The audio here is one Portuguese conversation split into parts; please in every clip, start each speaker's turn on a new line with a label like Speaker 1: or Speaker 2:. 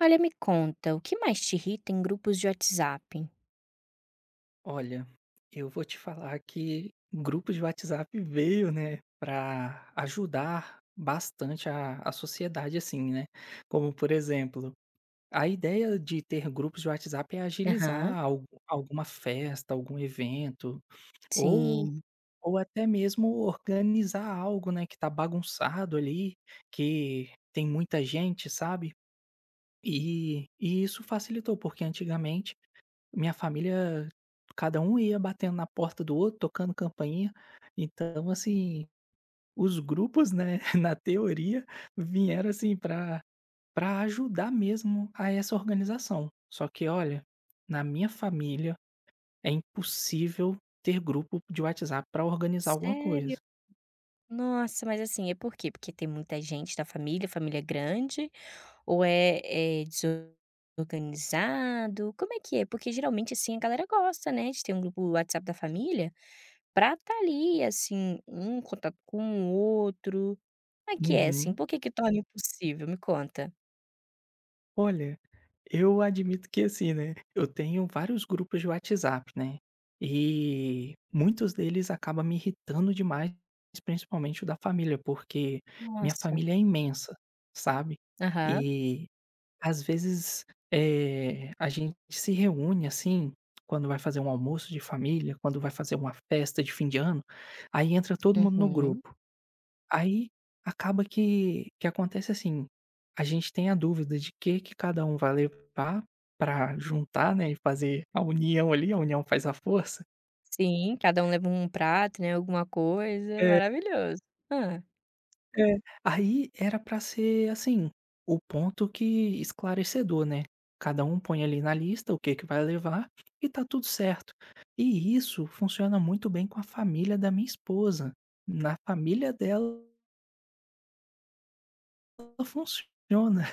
Speaker 1: Olha, me conta, o que mais te irrita em grupos de WhatsApp?
Speaker 2: Olha, eu vou te falar que grupos de WhatsApp veio, né, para ajudar bastante a sociedade, assim, né? Como, por exemplo, a ideia de ter grupos de WhatsApp é
Speaker 1: Aham.
Speaker 2: agilizar alguma festa, algum evento, ou,
Speaker 1: Sim.
Speaker 2: ou até mesmo organizar algo, né, que tá bagunçado ali, que tem muita gente, sabe? E isso facilitou, porque antigamente minha família, cada um ia batendo na porta do outro, tocando campainha, então assim, os grupos, né, na teoria, vieram assim para ajudar mesmo a essa organização. Só que olha, na minha família é impossível ter grupo de WhatsApp pra organizar alguma
Speaker 1: Sério?
Speaker 2: coisa.
Speaker 1: Nossa, mas assim, é por quê? Porque tem muita gente da família, família grande, ou é desorganizado? Como é que é? Porque geralmente, assim, a galera gosta, né, de ter um grupo WhatsApp da família pra tá ali, assim, um em contato com o outro. Como é que é, assim?
Speaker 2: Uhum.
Speaker 1: Por que que torna impossível? Me conta.
Speaker 2: Olha, eu admito que assim, né, eu tenho vários grupos de WhatsApp, né, e muitos deles acabam me irritando demais, principalmente o da família, porque minha
Speaker 1: Nossa.
Speaker 2: família é imensa, sabe,
Speaker 1: Aham.
Speaker 2: e às vezes, a gente se reúne, assim, quando vai fazer um almoço de família, quando vai fazer uma festa de fim de ano, aí entra todo mundo no
Speaker 1: Uhum.
Speaker 2: grupo. Aí acaba que acontece assim, a gente tem a dúvida de que cada um vai levar para juntar, né, e fazer a união ali, a união faz a força.
Speaker 1: Sim, cada um leva um prato, né, alguma coisa,
Speaker 2: É,
Speaker 1: maravilhoso. Ah.
Speaker 2: é. Aí era para ser, assim, o ponto que esclarecedor, né, cada um põe ali na lista o que que vai levar e tá tudo certo. E isso funciona muito bem com a família da minha esposa, na família dela funciona.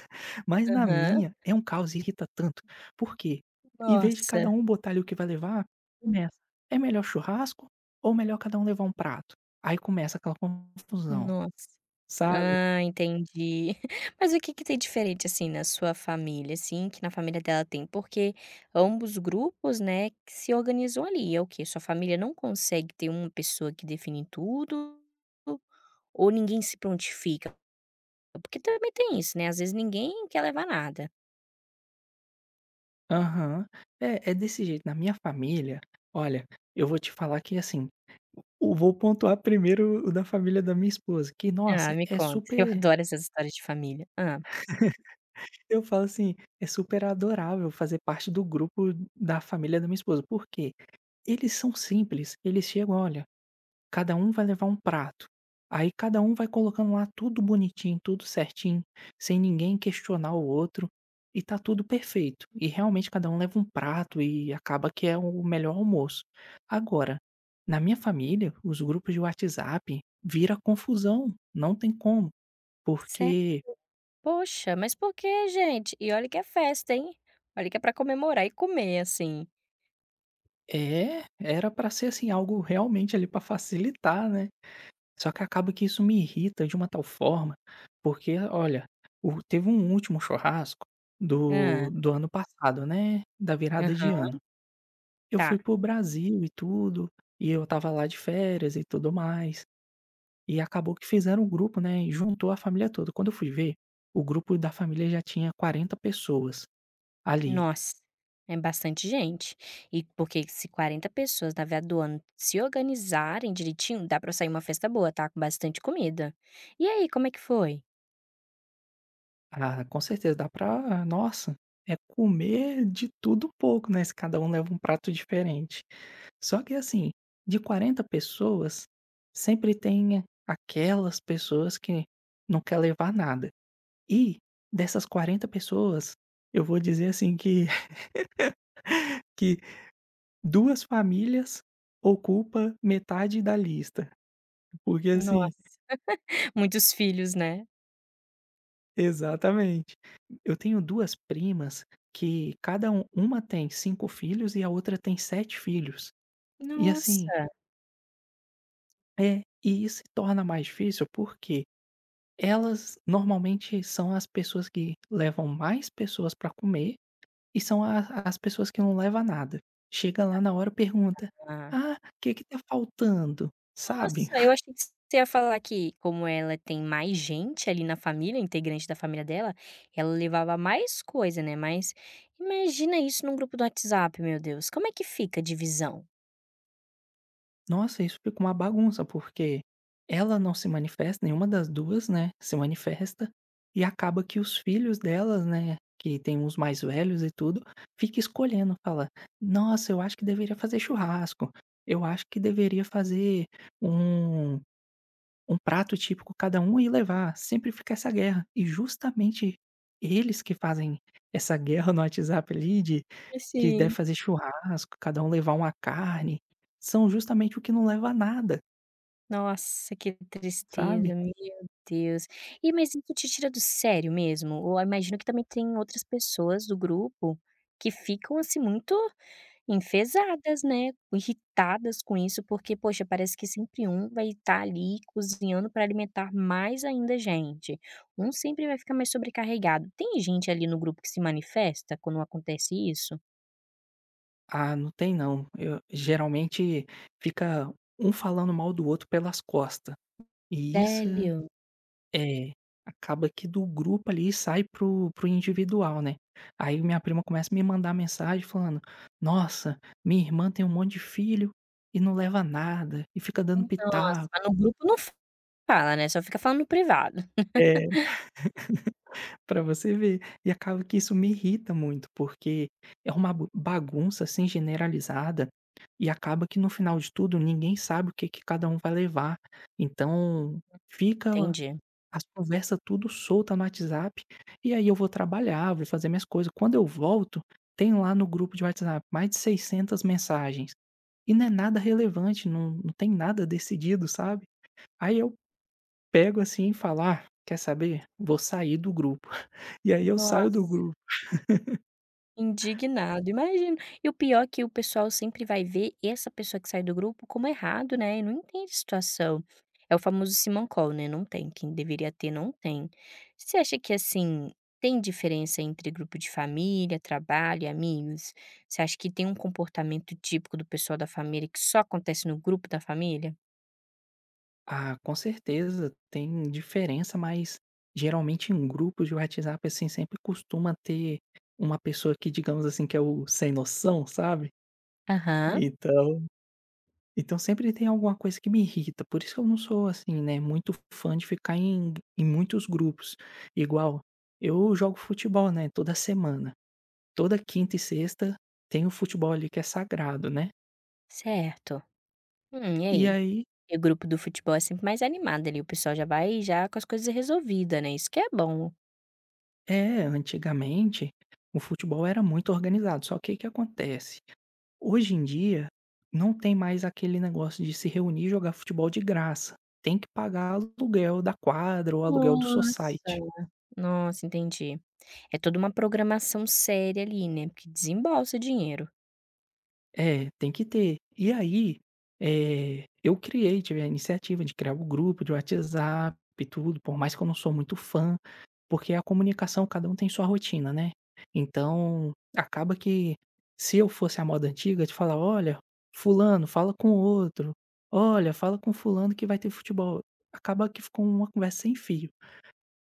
Speaker 2: Mas na
Speaker 1: Aham.
Speaker 2: minha é um caos e irrita tanto. Por quê? Em vez de cada
Speaker 1: Nossa,
Speaker 2: um botar ali o que vai levar, começa: "É melhor churrasco ou melhor cada um levar um prato?". Aí começa aquela confusão,
Speaker 1: nossa.
Speaker 2: sabe?
Speaker 1: Ah, entendi. Mas o que que tem diferente, assim, na sua família, assim, que na família dela tem? Porque ambos grupos, né, que se organizam ali. É o quê? Sua família não consegue ter uma pessoa que define tudo ou ninguém se prontifica? Porque também tem isso, né, às vezes ninguém quer levar nada.
Speaker 2: Aham. É, é desse jeito. Na minha família, olha, eu vou te falar que, assim, eu vou pontuar primeiro o da família da minha esposa, que,
Speaker 1: Ah,
Speaker 2: nossa,
Speaker 1: me
Speaker 2: é
Speaker 1: conta, eu
Speaker 2: super
Speaker 1: adoro essas histórias de família. Ah.
Speaker 2: eu falo assim, é super adorável fazer parte do grupo da família da minha esposa. Por quê? Eles são simples, eles chegam: "Olha, Cada um vai levar um prato. Aí cada um vai colocando lá tudo bonitinho, tudo certinho, sem ninguém questionar o outro, e tá tudo perfeito. E realmente cada um leva um prato e acaba que é o melhor almoço. Agora, na minha família, os grupos de WhatsApp vira confusão, não tem como,
Speaker 1: Sé
Speaker 2: porque
Speaker 1: Poxa, mas por que, gente? E olha que é festa, hein. Olha que é pra comemorar e comer, assim.
Speaker 2: é, era pra ser assim algo realmente ali pra facilitar, né? Só que acaba que isso me irrita de uma tal forma, porque olha, o teve um último churrasco
Speaker 1: Ah.
Speaker 2: do ano passado, né, da virada de
Speaker 1: Aham,
Speaker 2: ano. Eu
Speaker 1: tá.
Speaker 2: fui para o Brasil e tudo, e eu tava lá de férias e tudo mais, e acabou que fizeram um grupo, né, e juntou a família toda. Quando eu fui ver, o grupo da família já tinha 40 pessoas ali.
Speaker 1: Nossa, é bastante gente. E porque se 40 pessoas na virada do ano se organizarem direitinho, dá pra sair uma festa boa, tá, com bastante comida. E aí, como é que foi?
Speaker 2: Ah, com certeza dá pra nossa, é comer de tudo um pouco, né, se cada um leva um prato diferente. Só que assim, de 40 pessoas, sempre tem aquelas pessoas que não quer levar nada. E dessas 40 pessoas, eu vou dizer assim que que 2 famílias ocupa metade da lista, porque assim
Speaker 1: Nossa, muitos filhos, né.
Speaker 2: exatamente. Eu tenho duas primas que cada um uma tem 5 filhos e a outra tem 7 filhos. E assim
Speaker 1: Nossa.
Speaker 2: é, e isso se torna mais difícil, porque Elas normalmente são as pessoas que levam mais pessoas para comer e são a as pessoas que não levam nada. Chega lá na hora e pergunta: "Ah, o que que tá faltando?", sabe.
Speaker 1: Nossa, eu achei que você ia falar que, como ela tem mais gente ali na família, integrante da família dela, ela levava mais coisa, né, mas imagina isso num grupo do WhatsApp, meu Deus, como é que fica a divisão?
Speaker 2: Nossa, isso fica uma bagunça, porque ela não se manifesta, nenhuma das 2, né, se manifesta, e acaba que os filhos delas, né, que tem uns mais velhos e tudo, fica escolhendo, fala: "Nossa, eu acho que deveria fazer churrasco, eu acho que deveria fazer um Um prato típico cada um e levar, sempre fica essa guerra. E justamente eles que fazem essa guerra no WhatsApp ali de
Speaker 1: É,
Speaker 2: que deve
Speaker 1: sim.
Speaker 2: fazer churrasco, cada um levar uma carne, são justamente o que não leva a nada,
Speaker 1: Nossa, que
Speaker 2: sabe.
Speaker 1: tristeza, meu Deus. E mas isso te tira do sério mesmo? Ou eu imagino que também tem outras pessoas do grupo que ficam, assim, muito Enfesadas, né, irritadas com isso, porque, poxa, parece que sempre um vai estar ali cozinhando para alimentar mais ainda gente. Um sempre vai ficar mais sobrecarregado. Tem gente ali no grupo que se manifesta quando acontece isso?
Speaker 2: "Ah, não tem não", eu geralmente fica um falando mal do outro pelas costas e isso é
Speaker 1: Sério?
Speaker 2: É, acaba que do grupo ali sai pro individual, né. Aí minha prima começa a me mandar mensagem falando: "Nossa, minha irmã tem um monte de filho e não leva nada, e fica dando
Speaker 1: Nossa,
Speaker 2: pitaco".
Speaker 1: mas no grupo não fala, né, só fica falando no privado.
Speaker 2: É, pra você ver. E acaba que isso me irrita muito, porque é uma bu bagunça, assim, generalizada, e acaba que no final de tudo ninguém sabe o que que cada um vai levar. Então fica
Speaker 1: Entendi.
Speaker 2: As conversa tudo solta no WhatsApp, e aí eu vou trabalhar, vou fazer minhas coisas, quando eu volto, tem lá no grupo de WhatsApp mais de 600 mensagens, e não é nada relevante, não tem nada decidido, sabe. Aí eu pego, assim, e falo: "Ah, quer saber? Vou sair do grupo". E aí eu saio do
Speaker 1: Nossa.
Speaker 2: grupo.
Speaker 1: Indignado, imagino. E o pior é que o pessoal sempre vai ver essa pessoa que sai do grupo como errado, né, e não entende a situação. É o famoso simancol, né, não tem, quem deveria ter não tem. Você acha que, assim, tem diferença entre grupo de família, trabalho e amigos? Você acha que tem um comportamento típico do pessoal da família que só acontece no grupo da família?
Speaker 2: Ah, com certeza tem diferença, mas geralmente em grupos de WhatsApp, assim, sempre costuma ter uma pessoa que, digamos assim, que é o sem noção, sabe.
Speaker 1: Aham,
Speaker 2: Então Então sempre tem alguma coisa que me irrita, por isso que eu não sou assim, né, muito fã de ficar em muitos grupos. Igual, eu jogo futebol, né, toda semana, toda quinta e sexta tem o futebol ali que é sagrado, né.
Speaker 1: certo. E
Speaker 2: E
Speaker 1: aí?
Speaker 2: aí
Speaker 1: E o grupo do futebol é sempre mais animado ali, o pessoal já vai já com as coisas resolvidas, né, isso que é bom.
Speaker 2: é, antigamente o futebol era muito organizado, só que o que acontece, hoje em dia não tem mais aquele negócio de se reunir e jogar futebol de graça, tem que pagar aluguel da quadra ou aluguel do
Speaker 1: Nossa.
Speaker 2: society.
Speaker 1: Nossa, entendi. É toda uma programação séria ali, né, porque desembolsa dinheiro.
Speaker 2: É, tem que ter. E aí, eu criei, tive a iniciativa de criar o grupo de WhatsApp e tudo, por mais que eu não sou muito fã, porque a comunicação, cada um tem sua rotina, né. Então, acaba que se eu fosse a moda antiga de falar: "Olha, fulano, fala com o outro. Olha, fala com fulano que vai ter futebol". Acaba que ficou uma conversa sem fio.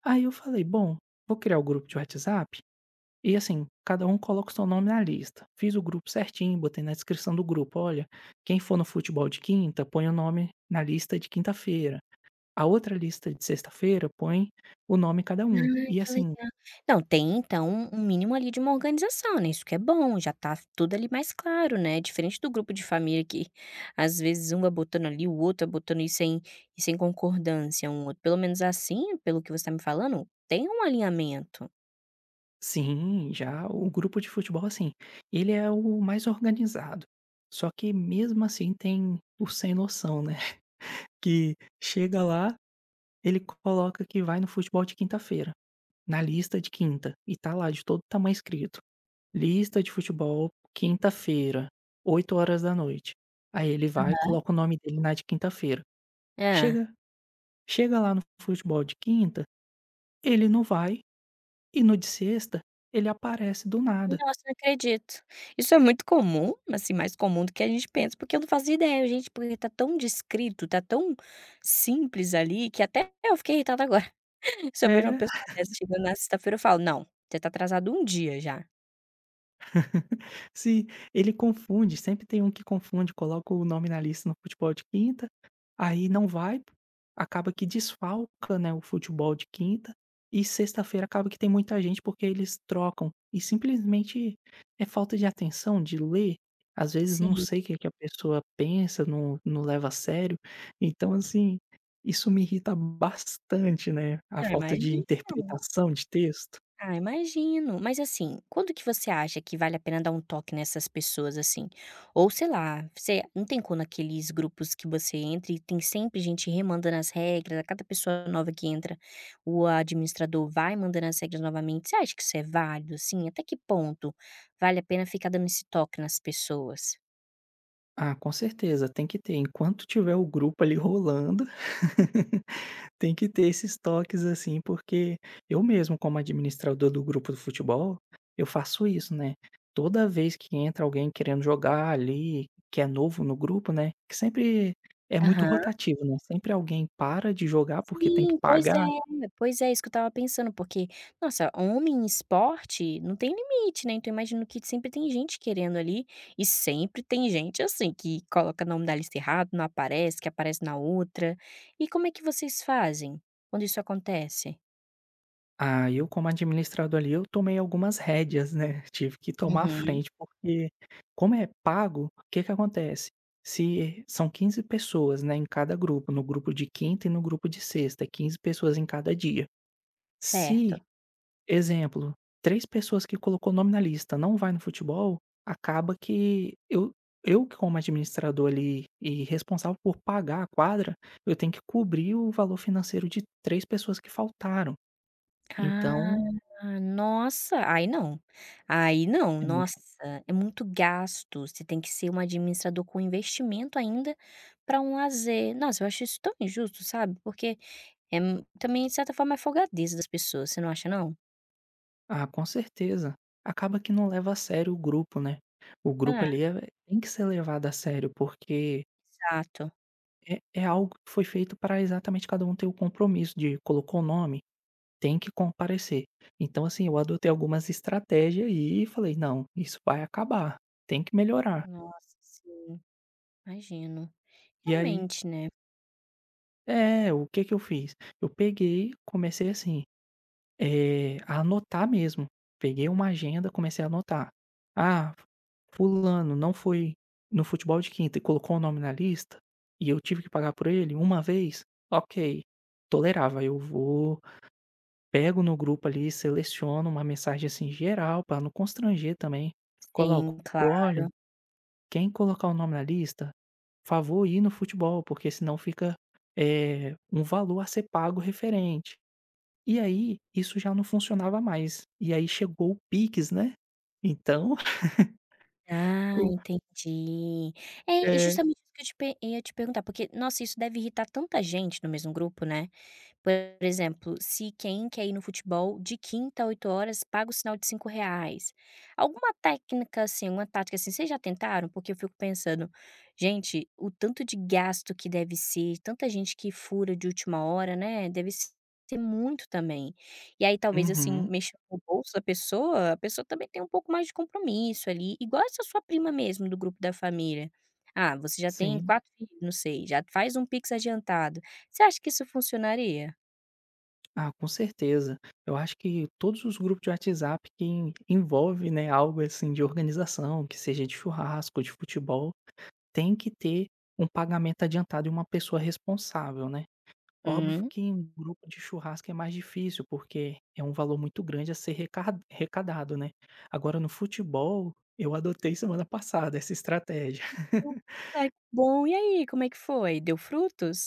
Speaker 2: Aí eu falei: "Bom, vou criar o grupo de WhatsApp". E assim, cada um coloca o seu nome na lista. Fiz o grupo certinho, botei na descrição do grupo: "Olha, quem for no futebol de quinta, põe o nome na lista de quinta-feira. A outra lista de sexta-feira, põe o nome cada
Speaker 1: Ah,
Speaker 2: um". E
Speaker 1: que
Speaker 2: assim
Speaker 1: legal. Não, tem então um mínimo ali de uma organização, né, isso que é bom, já tá tudo ali mais claro, né, diferente do grupo de família que, às vezes, um vai botando ali, o outro vai botando isso sem concordância um outro. Pelo menos assim, pelo que você tá me falando, tem um alinhamento.
Speaker 2: sim, já o grupo de futebol, assim, ele é o mais organizado. Só que mesmo assim tem o sem noção, né, que chega lá, ele coloca que vai no futebol de quinta-feira, na lista de quinta, e tá lá de todo tamanho escrito. Lista de futebol, quinta-feira, 8 horas da noite Aí ele vai, e coloca o nome dele na de quinta-feira.
Speaker 1: É.
Speaker 2: Chega chega lá no futebol de quinta, ele não vai, e no de sexta, ele aparece do nada.
Speaker 1: Nossa, não acredito. Isso é muito comum, assim, mais comum do que a gente pensa, porque eu não fazia ideia, gente, porque tá tão descrito, tá tão simples ali, que até eu fiquei irritada agora. Se eu vejo uma
Speaker 2: É.
Speaker 1: pessoa dessa chegando na sexta-feira, eu falo: "Não, você tá atrasado um dia já".
Speaker 2: Sim, ele confunde, sempre tem um que confunde, coloca o nome na lista no futebol de quinta, aí não vai, acaba que desfalca, né, o futebol de quinta, e sexta-feira acaba que tem muita gente porque eles trocam. E simplesmente é falta de atenção, de ler, às vezes não
Speaker 1: Sim.
Speaker 2: sei o que que a pessoa pensa, não leva a sério. Então assim, isso me irrita bastante, né, a
Speaker 1: Ah,
Speaker 2: falta
Speaker 1: mais
Speaker 2: de
Speaker 1: dia não.
Speaker 2: interpretação de texto.
Speaker 1: Ah, imagino. Mas assim, quando que você acha que vale a pena dar um toque nessas pessoas assim? Ou sei lá, você não tem quando aqueles grupos que você entra e tem sempre gente remandando as regras, a cada pessoa nova que entra, o administrador vai mandando as regras novamente. Você acha que isso é válido, assim? Até que ponto vale a pena ficar dando esse toque nas pessoas?
Speaker 2: Ah, com certeza, tem que ter. Enquanto tiver o grupo ali rolando, tem que ter esses toques assim, porque eu mesmo, como administrador do grupo do futebol, eu faço isso, né? Toda vez que entra alguém querendo jogar ali, que é novo no grupo, né? Que sempre é muito rotativo, né? Sempre alguém para de jogar porque tem que
Speaker 1: Sim,
Speaker 2: pagar
Speaker 1: pois é, isso que eu estava pensando, porque, nossa, homem em esporte não tem limite, né, então eu imagino que sempre tem gente querendo ali, e sempre tem gente, assim, que coloca nome da lista errado, não aparece, que aparece na outra. E como é que vocês fazem quando isso acontece?
Speaker 2: Ah, eu como administrador ali, eu tomei algumas rédeas, né, tive que tomar a
Speaker 1: Uhum,
Speaker 2: frente, porque como é pago, o que que acontece? Se são 15 pessoas, né, em cada grupo, no grupo de quinta e no grupo de sexta, é 15 pessoas em cada dia. Se,
Speaker 1: certo.
Speaker 2: exemplo, 3 pessoas que colocou nome na lista não vai no futebol, acaba que eu que como administrador ali e responsável por pagar a quadra, eu tenho que cobrir o valor financeiro de 3 pessoas que faltaram.
Speaker 1: Ah,
Speaker 2: Então
Speaker 1: nossa, aí não. Aí não, nossa,
Speaker 2: é
Speaker 1: é muito gasto, você tem que ser um administrador com investimento ainda para um lazer. Nossa, eu acho isso tão injusto, sabe, porque é m também de certa forma é folgadeza das pessoas, você não acha não?
Speaker 2: Ah, com certeza. Acaba que não leva a sério o grupo, né. O grupo
Speaker 1: É,
Speaker 2: ali é é, tem que ser levado a sério, porque
Speaker 1: exato.
Speaker 2: é é algo que foi feito para exatamente cada um ter o compromisso de colocou o nome, tem que comparecer. Então, assim, eu adotei algumas estratégias e falei: "Não, isso vai acabar, tem que melhorar".
Speaker 1: Nossa, sim, imagino.
Speaker 2: E aí
Speaker 1: Realmente, né.
Speaker 2: é, o que que eu fiz? Eu peguei, comecei assim a anotar mesmo. Peguei uma agenda, comecei a anotar. "Ah, fulano não foi no futebol de quinta e colocou o nome na lista, e eu tive que pagar por ele uma vez, ok, tolerava. Eu vou, pego no grupo ali, seleciono uma mensagem, assim, geral para não constranger também, coloco:
Speaker 1: Sim,
Speaker 2: "Olha,
Speaker 1: claro.
Speaker 2: quem colocar o nome na lista, favor ir no futebol, porque senão fica, um valor a ser pago referente". E aí, isso já não funcionava mais. E aí chegou o Pix, né. Então,
Speaker 1: Ah,
Speaker 2: o
Speaker 1: entendi. É, e
Speaker 2: é.
Speaker 1: justamente isso que eu te pe ia te perguntar, porque, nossa, isso deve irritar tanta gente no mesmo grupo, né. Por exemplo, se quem quer ir no futebol de quinta a 8 horas paga o sinal de 5 reais, alguma técnica assim, alguma tática assim, vocês já tentaram? Porque eu fico pensando: "Gente, o tanto de gasto que deve ser, tanta gente que fura de última hora, né, deve ser muito também". E aí talvez, assim,
Speaker 2: Uhum.
Speaker 1: mexendo no bolso da pessoa, a pessoa também tem um pouco mais de compromisso ali, igual essa sua prima mesmo do grupo da família. Ah, você já tem
Speaker 2: Sim.
Speaker 1: 4 filhos, não sei, já faz um pix adiantado. Você acha que isso funcionaria?
Speaker 2: Ah, com certeza. Eu acho que todos os grupos de WhatsApp que en envolve, né, algo assim de organização, que seja de churrasco, de futebol, tem que ter um pagamento adiantado e uma pessoa responsável, né. Óbvio
Speaker 1: "Hum,
Speaker 2: que em um grupo de churrasco é mais difícil, porque é um valor muito grande a ser recar arrecadado, né. Agora no futebol, eu adotei semana passada essa estratégia.
Speaker 1: ai que bom, e aí, como é que foi? Deu frutos?"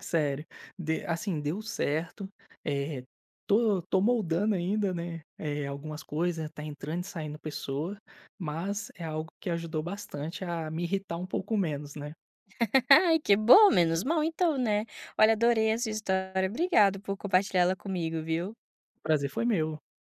Speaker 2: Sério, de assim, deu certo, eh, tô moldando ainda, né, algumas coisas, tá entrando e saindo pessoa, mas é algo que ajudou bastante a me irritar um pouco menos, né.
Speaker 1: Ai que bom, menos mal então, né. Olha, adorei essa história, obrigado por compartilhar ela comigo, viu.
Speaker 2: O prazer foi meu.